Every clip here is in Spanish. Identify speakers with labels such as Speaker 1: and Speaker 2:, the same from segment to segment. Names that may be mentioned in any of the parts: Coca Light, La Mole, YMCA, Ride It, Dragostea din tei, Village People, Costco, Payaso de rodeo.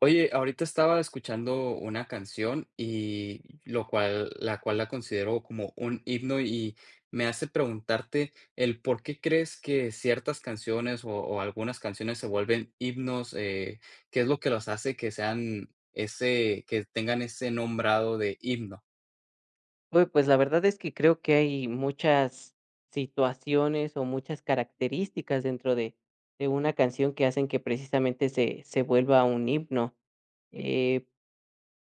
Speaker 1: Oye, ahorita estaba escuchando una canción y la cual la considero como un himno y me hace preguntarte el por qué crees que ciertas canciones o algunas canciones se vuelven himnos, qué es lo que los hace que sean ese, que tengan ese nombrado de himno.
Speaker 2: Uy, pues la verdad es que creo que hay muchas situaciones o muchas características de una canción que hacen que precisamente se vuelva un himno. Eh,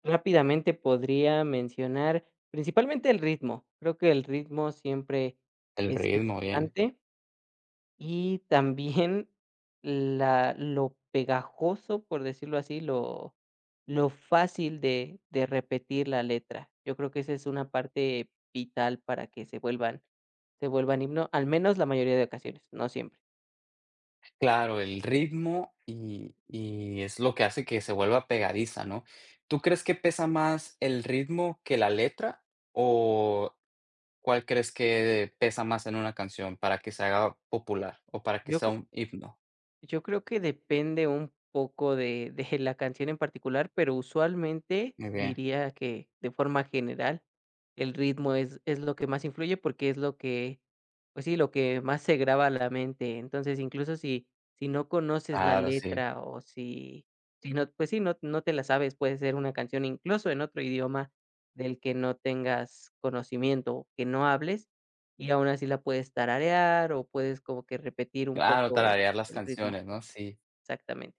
Speaker 2: Rápidamente podría mencionar principalmente el ritmo. Creo que el ritmo siempre
Speaker 1: El
Speaker 2: es
Speaker 1: ritmo, bien.
Speaker 2: importante, y también la lo pegajoso, por decirlo así, lo fácil de repetir la letra. Yo creo que esa es una parte vital para que se vuelvan himno, al menos la mayoría de ocasiones, no siempre.
Speaker 1: Claro, el ritmo y es lo que hace que se vuelva pegadiza, ¿no? ¿Tú crees que pesa más el ritmo que la letra? ¿O cuál crees que pesa más en una canción para que se haga popular o para que sea un himno?
Speaker 2: Yo creo que depende un poco de la canción en particular, pero usualmente
Speaker 1: Muy bien,
Speaker 2: diría que, de forma general, el ritmo es lo que más influye, porque es lo que, pues sí, lo que más se graba a la mente. Entonces, incluso si no conoces la
Speaker 1: claro, sí,
Speaker 2: letra, o si no, pues sí, no te la sabes, puede ser una canción incluso en otro idioma del que no tengas conocimiento o que no hables, y aún así la puedes tararear o puedes como que repetir un
Speaker 1: claro,
Speaker 2: poco el
Speaker 1: tararear las
Speaker 2: el ritmo.
Speaker 1: canciones, ¿no? Sí,
Speaker 2: Exactamente.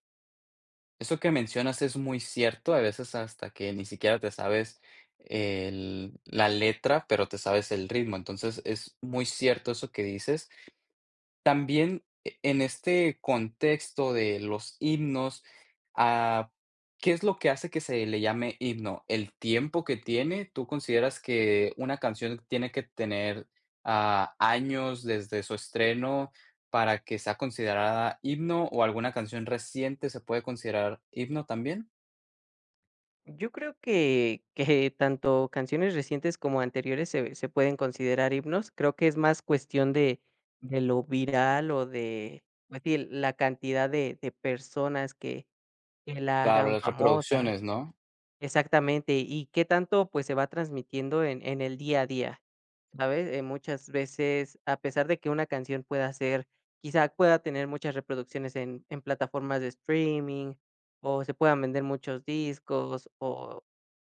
Speaker 1: eso que mencionas es muy cierto, a veces hasta que ni siquiera te sabes el la letra, pero te sabes el ritmo, entonces es muy cierto eso que dices. También e en este contexto de los himnos, ah, ¿qué es lo que hace que se le llame himno? ¿El tiempo que tiene? ¿Tú consideras que una canción tiene que tener, años desde su estreno para que sea considerada himno, o alguna canción reciente se puede considerar himno también?
Speaker 2: Yo creo que tanto canciones recientes como anteriores se pueden considerar himnos. Creo que es más cuestión de lo viral o de, pues sí, la cantidad de personas que la
Speaker 1: Claro,
Speaker 2: hagan
Speaker 1: las
Speaker 2: famosa.
Speaker 1: reproducciones, ¿no?
Speaker 2: Exactamente, y qué tanto, pues, se va transmitiendo en el día a día. ¿Sabes? Muchas veces, a pesar de que una canción pueda ser quizá pueda tener muchas reproducciones en plataformas de streaming, o se puedan vender muchos discos, o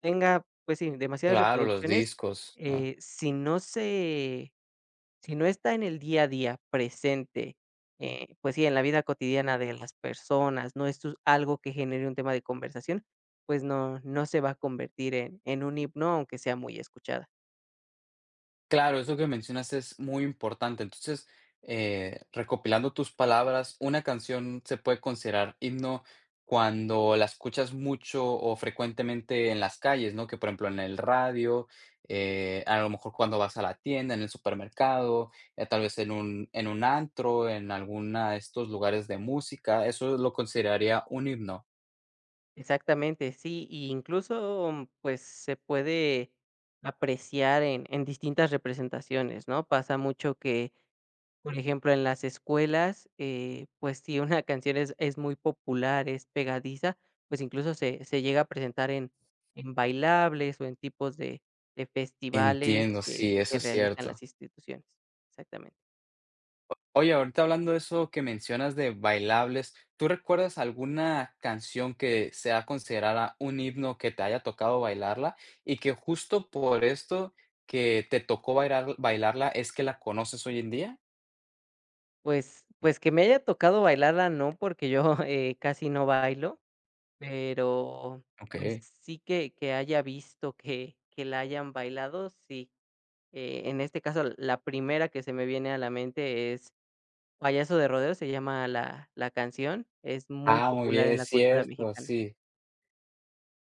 Speaker 2: tenga, pues sí, demasiadas
Speaker 1: Claro, los
Speaker 2: reproducciones,
Speaker 1: discos, ¿no?
Speaker 2: eh, si no se si no está en el día a día presente, pues sí, en la vida cotidiana de las personas, no es su algo que genere un tema de conversación, pues no se va a convertir en un himno, aunque sea muy escuchada.
Speaker 1: Claro, eso que mencionas es muy importante. Entonces, recopilando tus palabras, una canción se puede considerar himno cuando la escuchas mucho o frecuentemente en las calles, ¿no? Que por ejemplo en el radio, a lo mejor cuando vas a la tienda, en el supermercado, tal vez en un antro, en alguna de estos lugares de música, eso lo consideraría un himno.
Speaker 2: Exactamente, sí, y incluso, mm, pues, se puede apreciar en distintas representaciones, ¿no? Pasa mucho que, por ejemplo, en las escuelas, pues, si una canción es muy popular, es pegadiza, pues, incluso se llega a presentar en bailables o en tipos de festivales
Speaker 1: Entiendo,
Speaker 2: que
Speaker 1: sí, eso es
Speaker 2: realizan
Speaker 1: cierto.
Speaker 2: las instituciones. Exactamente.
Speaker 1: Oye, ahorita hablando de eso que mencionas de bailables, ¿tú recuerdas alguna canción que sea considerada un himno que te haya tocado bailarla y que justo por esto que te tocó bailarla es que la conoces hoy en día?
Speaker 2: Pues, que me haya tocado bailarla, no, porque yo, casi no bailo. Pero, pues,
Speaker 1: Okey.
Speaker 2: sí que haya visto que la hayan bailado, sí. En este caso, la primera que se me viene a la mente es Payaso de rodeo, se llama la canción, es muy
Speaker 1: Ah, muy
Speaker 2: popular
Speaker 1: bien,
Speaker 2: en la
Speaker 1: es
Speaker 2: cultura
Speaker 1: cierto,
Speaker 2: mexicana.
Speaker 1: sí.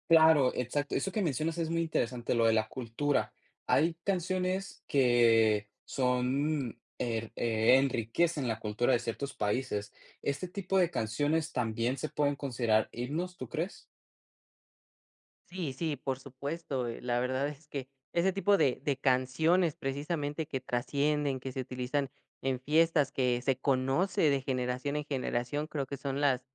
Speaker 1: Claro, exacto. Eso que mencionas es muy interesante, lo de la cultura. Hay canciones que son, enriquecen la cultura de ciertos países. ¿Este tipo de canciones también se pueden considerar himnos, tú crees?
Speaker 2: Sí, sí, por supuesto. La verdad es que ese tipo de canciones precisamente que trascienden, que se utilizan en fiestas, que se conoce de generación en generación, creo que son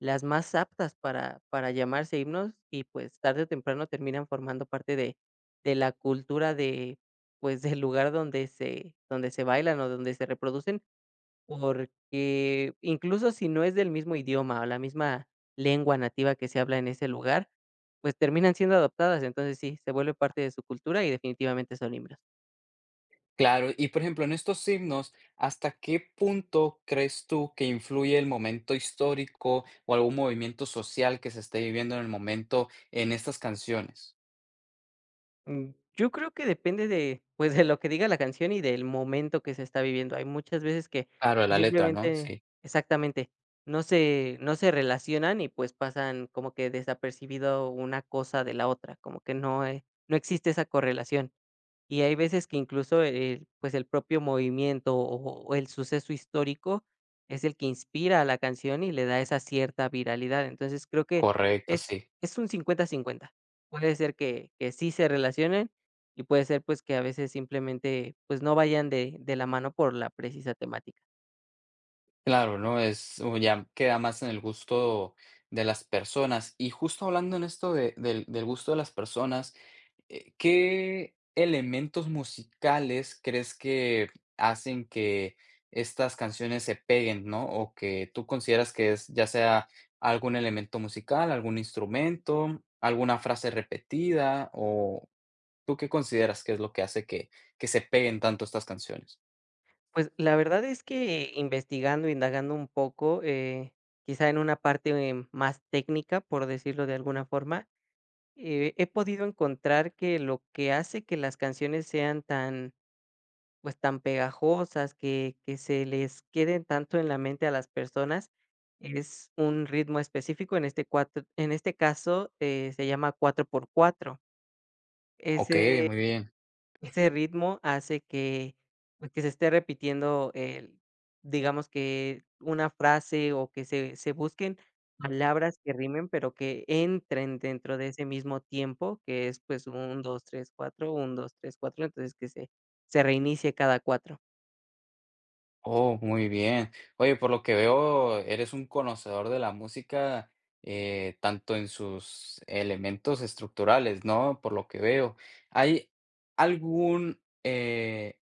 Speaker 2: las más aptas para llamarse himnos, y pues tarde o temprano terminan formando parte de la cultura de, pues, del lugar donde se bailan o donde se reproducen, porque incluso si no es del mismo idioma o la misma lengua nativa que se habla en ese lugar, pues terminan siendo adoptadas, entonces sí, se vuelve parte de su cultura y definitivamente son himnos.
Speaker 1: Claro, y por ejemplo, en estos himnos, ¿hasta qué punto crees tú que influye el momento histórico o algún movimiento social que se esté viviendo en el momento en estas canciones?
Speaker 2: Mm, yo creo que depende de, pues, de lo que diga la canción y del momento que se está viviendo. Hay muchas veces que
Speaker 1: Claro, la letra, ¿no?
Speaker 2: simplemente
Speaker 1: Sí,
Speaker 2: exactamente, no se relacionan y, pues, pasan como que desapercibido una cosa de la otra, como que no, no existe esa correlación. Y hay veces que incluso, pues, el propio movimiento o el suceso histórico es el que inspira a la canción y le da esa cierta viralidad. Entonces, creo que
Speaker 1: correcto,
Speaker 2: es
Speaker 1: sí.
Speaker 2: es un cincuenta-cincuenta. Puede ser que sí se relacionen, y puede ser, pues, que a veces simplemente, pues, no vayan de la mano por la precisa temática.
Speaker 1: Claro, ¿no? Es o ya queda más en el gusto de las personas. Y justo hablando en esto de del gusto de las personas, ¿qué elementos musicales crees que hacen que estas canciones se peguen, no? O que tú consideras que es, ya sea algún elemento musical, algún instrumento, alguna frase repetida, o ¿tú qué consideras que es lo que hace que se peguen tanto estas canciones?
Speaker 2: Pues, la verdad es que investigando, indagando un poco, quizá en una parte más técnica, por decirlo de alguna forma. He podido encontrar que lo que hace que las canciones sean tan, pues, tan pegajosas, que se les queden tanto en la mente a las personas, es un ritmo específico, en este cuatro en este caso, se llama 4 por 4.
Speaker 1: Okey,
Speaker 2: Ese
Speaker 1: muy bien.
Speaker 2: Ese ritmo hace que, pues, que se esté repitiendo el digamos que una frase, o que se busquen palabras que rimen, pero que entren dentro de ese mismo tiempo, que es, pues, un dos tres cuatro un dos tres cuatro, entonces que se reinicie cada cuatro.
Speaker 1: Oh, muy bien. Oye, por lo que veo, eres un conocedor de la música, tanto en sus elementos estructurales, ¿no? Por lo que veo. ¿Hay algún,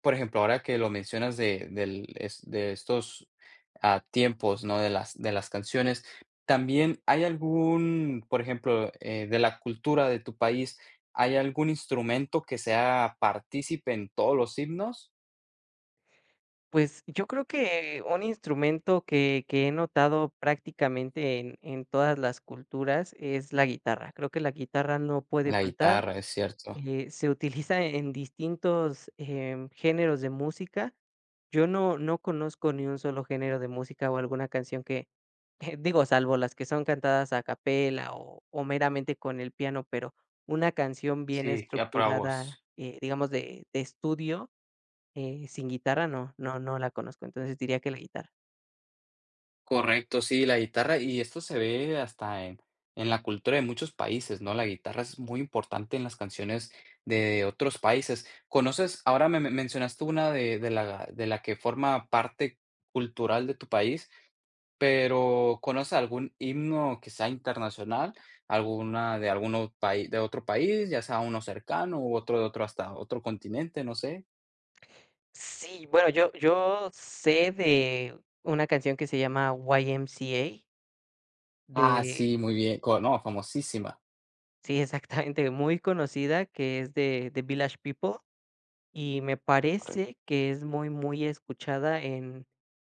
Speaker 1: por ejemplo, ahora que lo mencionas de estos tiempos, ¿no? De las canciones, también hay algún, por ejemplo, de la cultura de tu país, ¿hay algún instrumento que sea partícipe en todos los himnos?
Speaker 2: Pues, yo creo que un instrumento que he notado prácticamente en todas las culturas es la guitarra. Creo que la guitarra no puede
Speaker 1: La
Speaker 2: faltar.
Speaker 1: guitarra, es cierto.
Speaker 2: Se utiliza en distintos, géneros de música. Yo no conozco ni un solo género de música o alguna canción que digo, salvo las que son cantadas a capela o meramente con el piano, pero una canción bien
Speaker 1: Sí, que para vos.
Speaker 2: estructurada, digamos, de estudio, sin guitarra, no, no, no la conozco. Entonces, diría que la guitarra.
Speaker 1: Correcto, sí, la guitarra, y esto se ve hasta en la cultura de muchos países, ¿no? La guitarra es muy importante en las canciones de otros países. ¿Conoces? Ahora me mencionaste una de la que forma parte cultural de tu país, pero ¿conoces algún himno que sea internacional? ¿Alguna de algún país, de otro país, ya sea uno cercano u otro de otro hasta otro continente, no sé?
Speaker 2: Sí, bueno, yo sé de una canción que se llama YMCA
Speaker 1: Ah,
Speaker 2: de
Speaker 1: sí, muy bien. No, famosísima.
Speaker 2: Sí, exactamente, muy conocida, que es de Village People, y me parece que es muy, muy escuchada en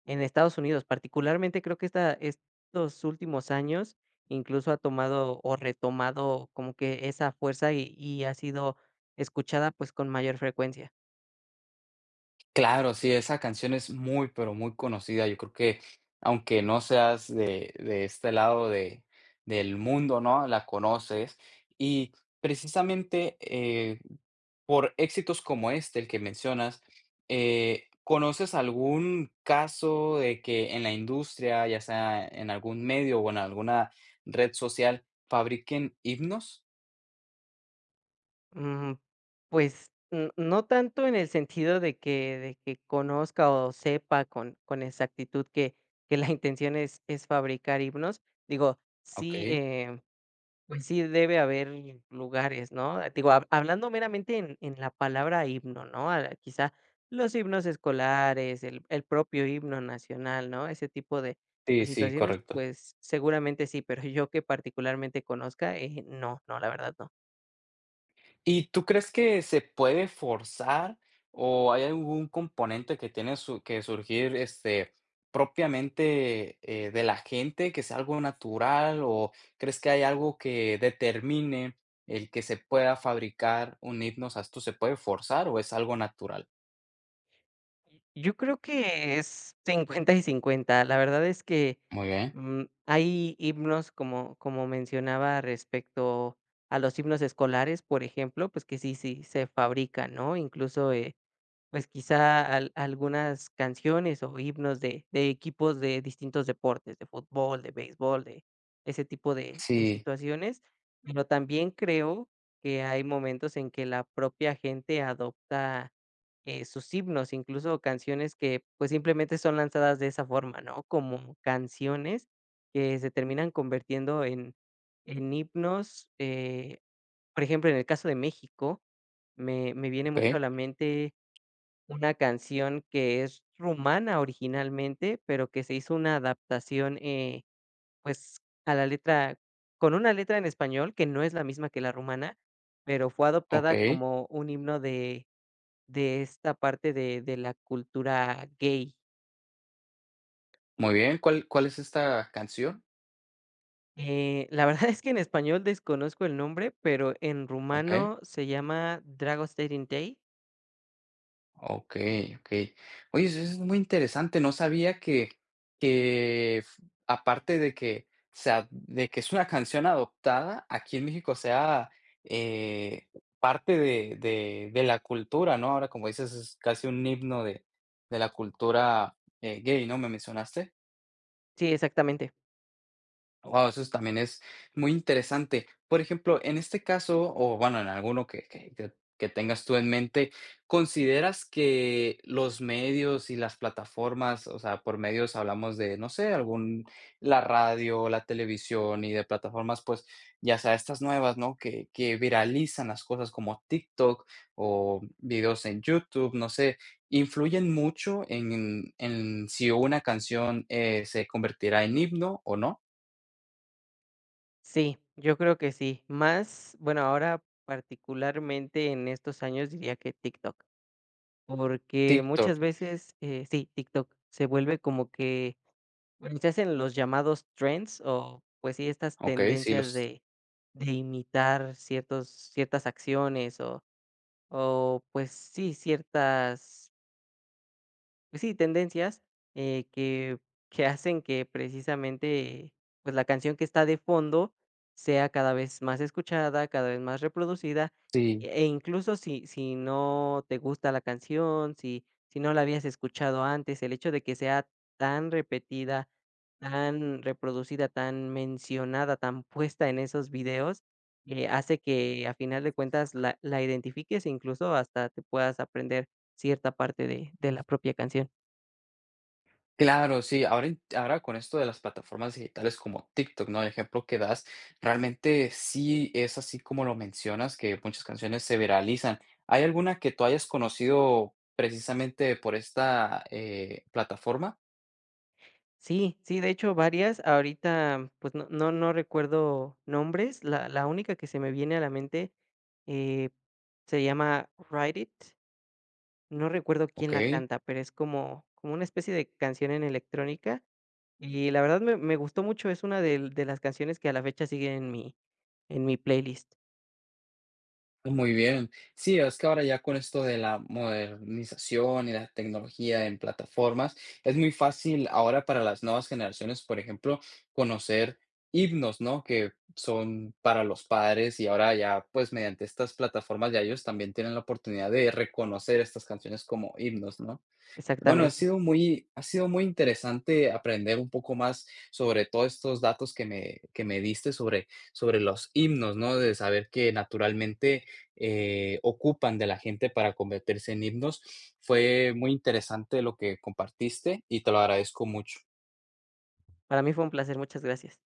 Speaker 2: Estados Unidos. Particularmente, creo que esta estos últimos años, incluso ha tomado o retomado como que esa fuerza, y ha sido escuchada, pues, con mayor frecuencia.
Speaker 1: Claro, sí, esa canción es muy, pero muy conocida. Yo creo que aunque no seas de este lado de, del mundo, ¿no? La conoces. Y precisamente por éxitos como este, el que mencionas, ¿conoces algún caso de que en la industria, ya sea en algún medio o en alguna red social, fabriquen himnos?
Speaker 2: Mm, pues, n no tanto en el sentido de que conozca o sepa con exactitud que la intención es fabricar himnos. Digo,
Speaker 1: Ok,
Speaker 2: sí, pues sí debe haber lugares, ¿no? Digo, ha hablando meramente en la palabra himno, ¿no? Ah, quizá los himnos escolares, el propio himno nacional, ¿no? Ese tipo de
Speaker 1: sí, sí,
Speaker 2: situaciones,
Speaker 1: correcto.
Speaker 2: pues, seguramente sí, pero yo que particularmente conozca, no, no, la verdad no.
Speaker 1: ¿Y tú crees que se puede forzar o hay algún componente que tiene su que surgir, este, propiamente, de la gente, que sea algo natural, o crees que hay algo que determine el que se pueda fabricar un himno? O sea, ¿esto se puede forzar o es algo natural?
Speaker 2: Yo creo que es 50 y 50. La verdad es que,
Speaker 1: Muy bien.
Speaker 2: mm, hay himnos, como mencionaba respecto a los himnos escolares, por ejemplo, pues que sí se fabrican, ¿no? Incluso, pues quizá al algunas canciones o himnos de equipos de distintos deportes, de fútbol, de béisbol, de ese tipo de
Speaker 1: Sí,
Speaker 2: situaciones, pero también creo que hay momentos en que la propia gente adopta, sus himnos, incluso canciones que, pues, simplemente son lanzadas de esa forma, ¿no? Como canciones que se terminan convirtiendo en himnos, por ejemplo, en el caso de México, me viene mucho a
Speaker 1: okey,
Speaker 2: la mente una canción que es rumana originalmente, pero que se hizo una adaptación, pues, a la letra, con una letra en español que no es la misma que la rumana, pero fue adoptada
Speaker 1: okey,
Speaker 2: como un himno de esta parte de la cultura gay.
Speaker 1: muy bien. ¿Cuál es esta canción?
Speaker 2: La verdad es que en español desconozco el nombre, pero en
Speaker 1: Okey.
Speaker 2: rumano se llama Dragostea din tei.
Speaker 1: Okey, okey. Oye, eso es muy interesante, no sabía que f aparte de que sea de que es una canción adoptada, aquí en México sea, eh, parte de de la cultura, ¿no? Ahora, como dices, es casi un himno de la cultura, gay, ¿no me mencionaste?
Speaker 2: Sí, exactamente.
Speaker 1: Wow, eso es también es muy interesante. Por ejemplo, en este caso, o bueno, en alguno que tengas tú en mente, ¿consideras que los medios y las plataformas, o sea, por medios hablamos de, no sé, algún la radio, la televisión y de plataformas, pues, ya sea estas nuevas, ¿no?, que viralizan las cosas como TikTok o videos en YouTube, no sé, ¿influyen mucho en si una canción, se convertirá en himno o no?
Speaker 2: Sí, yo creo que sí. Más, bueno, ahora particularmente en estos años diría que TikTok, porque
Speaker 1: TikTok,
Speaker 2: muchas veces, sí, TikTok se vuelve como que bueno, se hacen los llamados trends, o pues sí, estas
Speaker 1: okey, sí,
Speaker 2: tendencias
Speaker 1: los
Speaker 2: de imitar ciertos, ciertas acciones o pues sí, ciertas pues sí, tendencias, eh, que que hacen que precisamente, pues, la canción que está de fondo sea cada vez más escuchada, cada vez más reproducida,
Speaker 1: sí,
Speaker 2: e incluso si no te gusta la canción, si no la habías escuchado antes, el hecho de que sea tan repetida, tan reproducida, tan mencionada, tan puesta en esos videos, hace que a final de cuentas la identifiques, e incluso hasta te puedas aprender cierta parte de la propia canción.
Speaker 1: claro, sí, ahora en ahora con esto de las plataformas digitales como TikTok, ¿no? El ejemplo que das, realmente sí es así como lo mencionas, que muchas canciones se viralizan. ¿Hay alguna que tú hayas conocido precisamente por esta, plataforma?
Speaker 2: Sí, sí, de hecho, varias. Ahorita, pues, no no recuerdo nombres. La única que se me viene a la mente, eh, se llama Ride It. No recuerdo quién la
Speaker 1: Okey.
Speaker 2: canta, pero es como una especie de canción en electrónica, y la verdad me gustó mucho. Es una del de las canciones que a la fecha siguen en mi playlist.
Speaker 1: Muy bien. Sí, es que ahora ya con esto de la modernización y la tecnología en plataformas, es muy fácil ahora para las nuevas generaciones, por ejemplo, conocer himnos, ¿no? Que son para los padres y ahora ya, pues mediante estas plataformas ya ellos también tienen la oportunidad de reconocer estas canciones como himnos, ¿no? Bueno,
Speaker 2: Exactamente.
Speaker 1: ha sido muy interesante aprender un poco más sobre todos estos datos que me diste sobre sobre los himnos, ¿no? De saber que naturalmente, ocupan de la gente para convertirse en himnos. Fue muy interesante lo que compartiste y te lo agradezco mucho.
Speaker 2: Para mí fue un placer. Muchas gracias.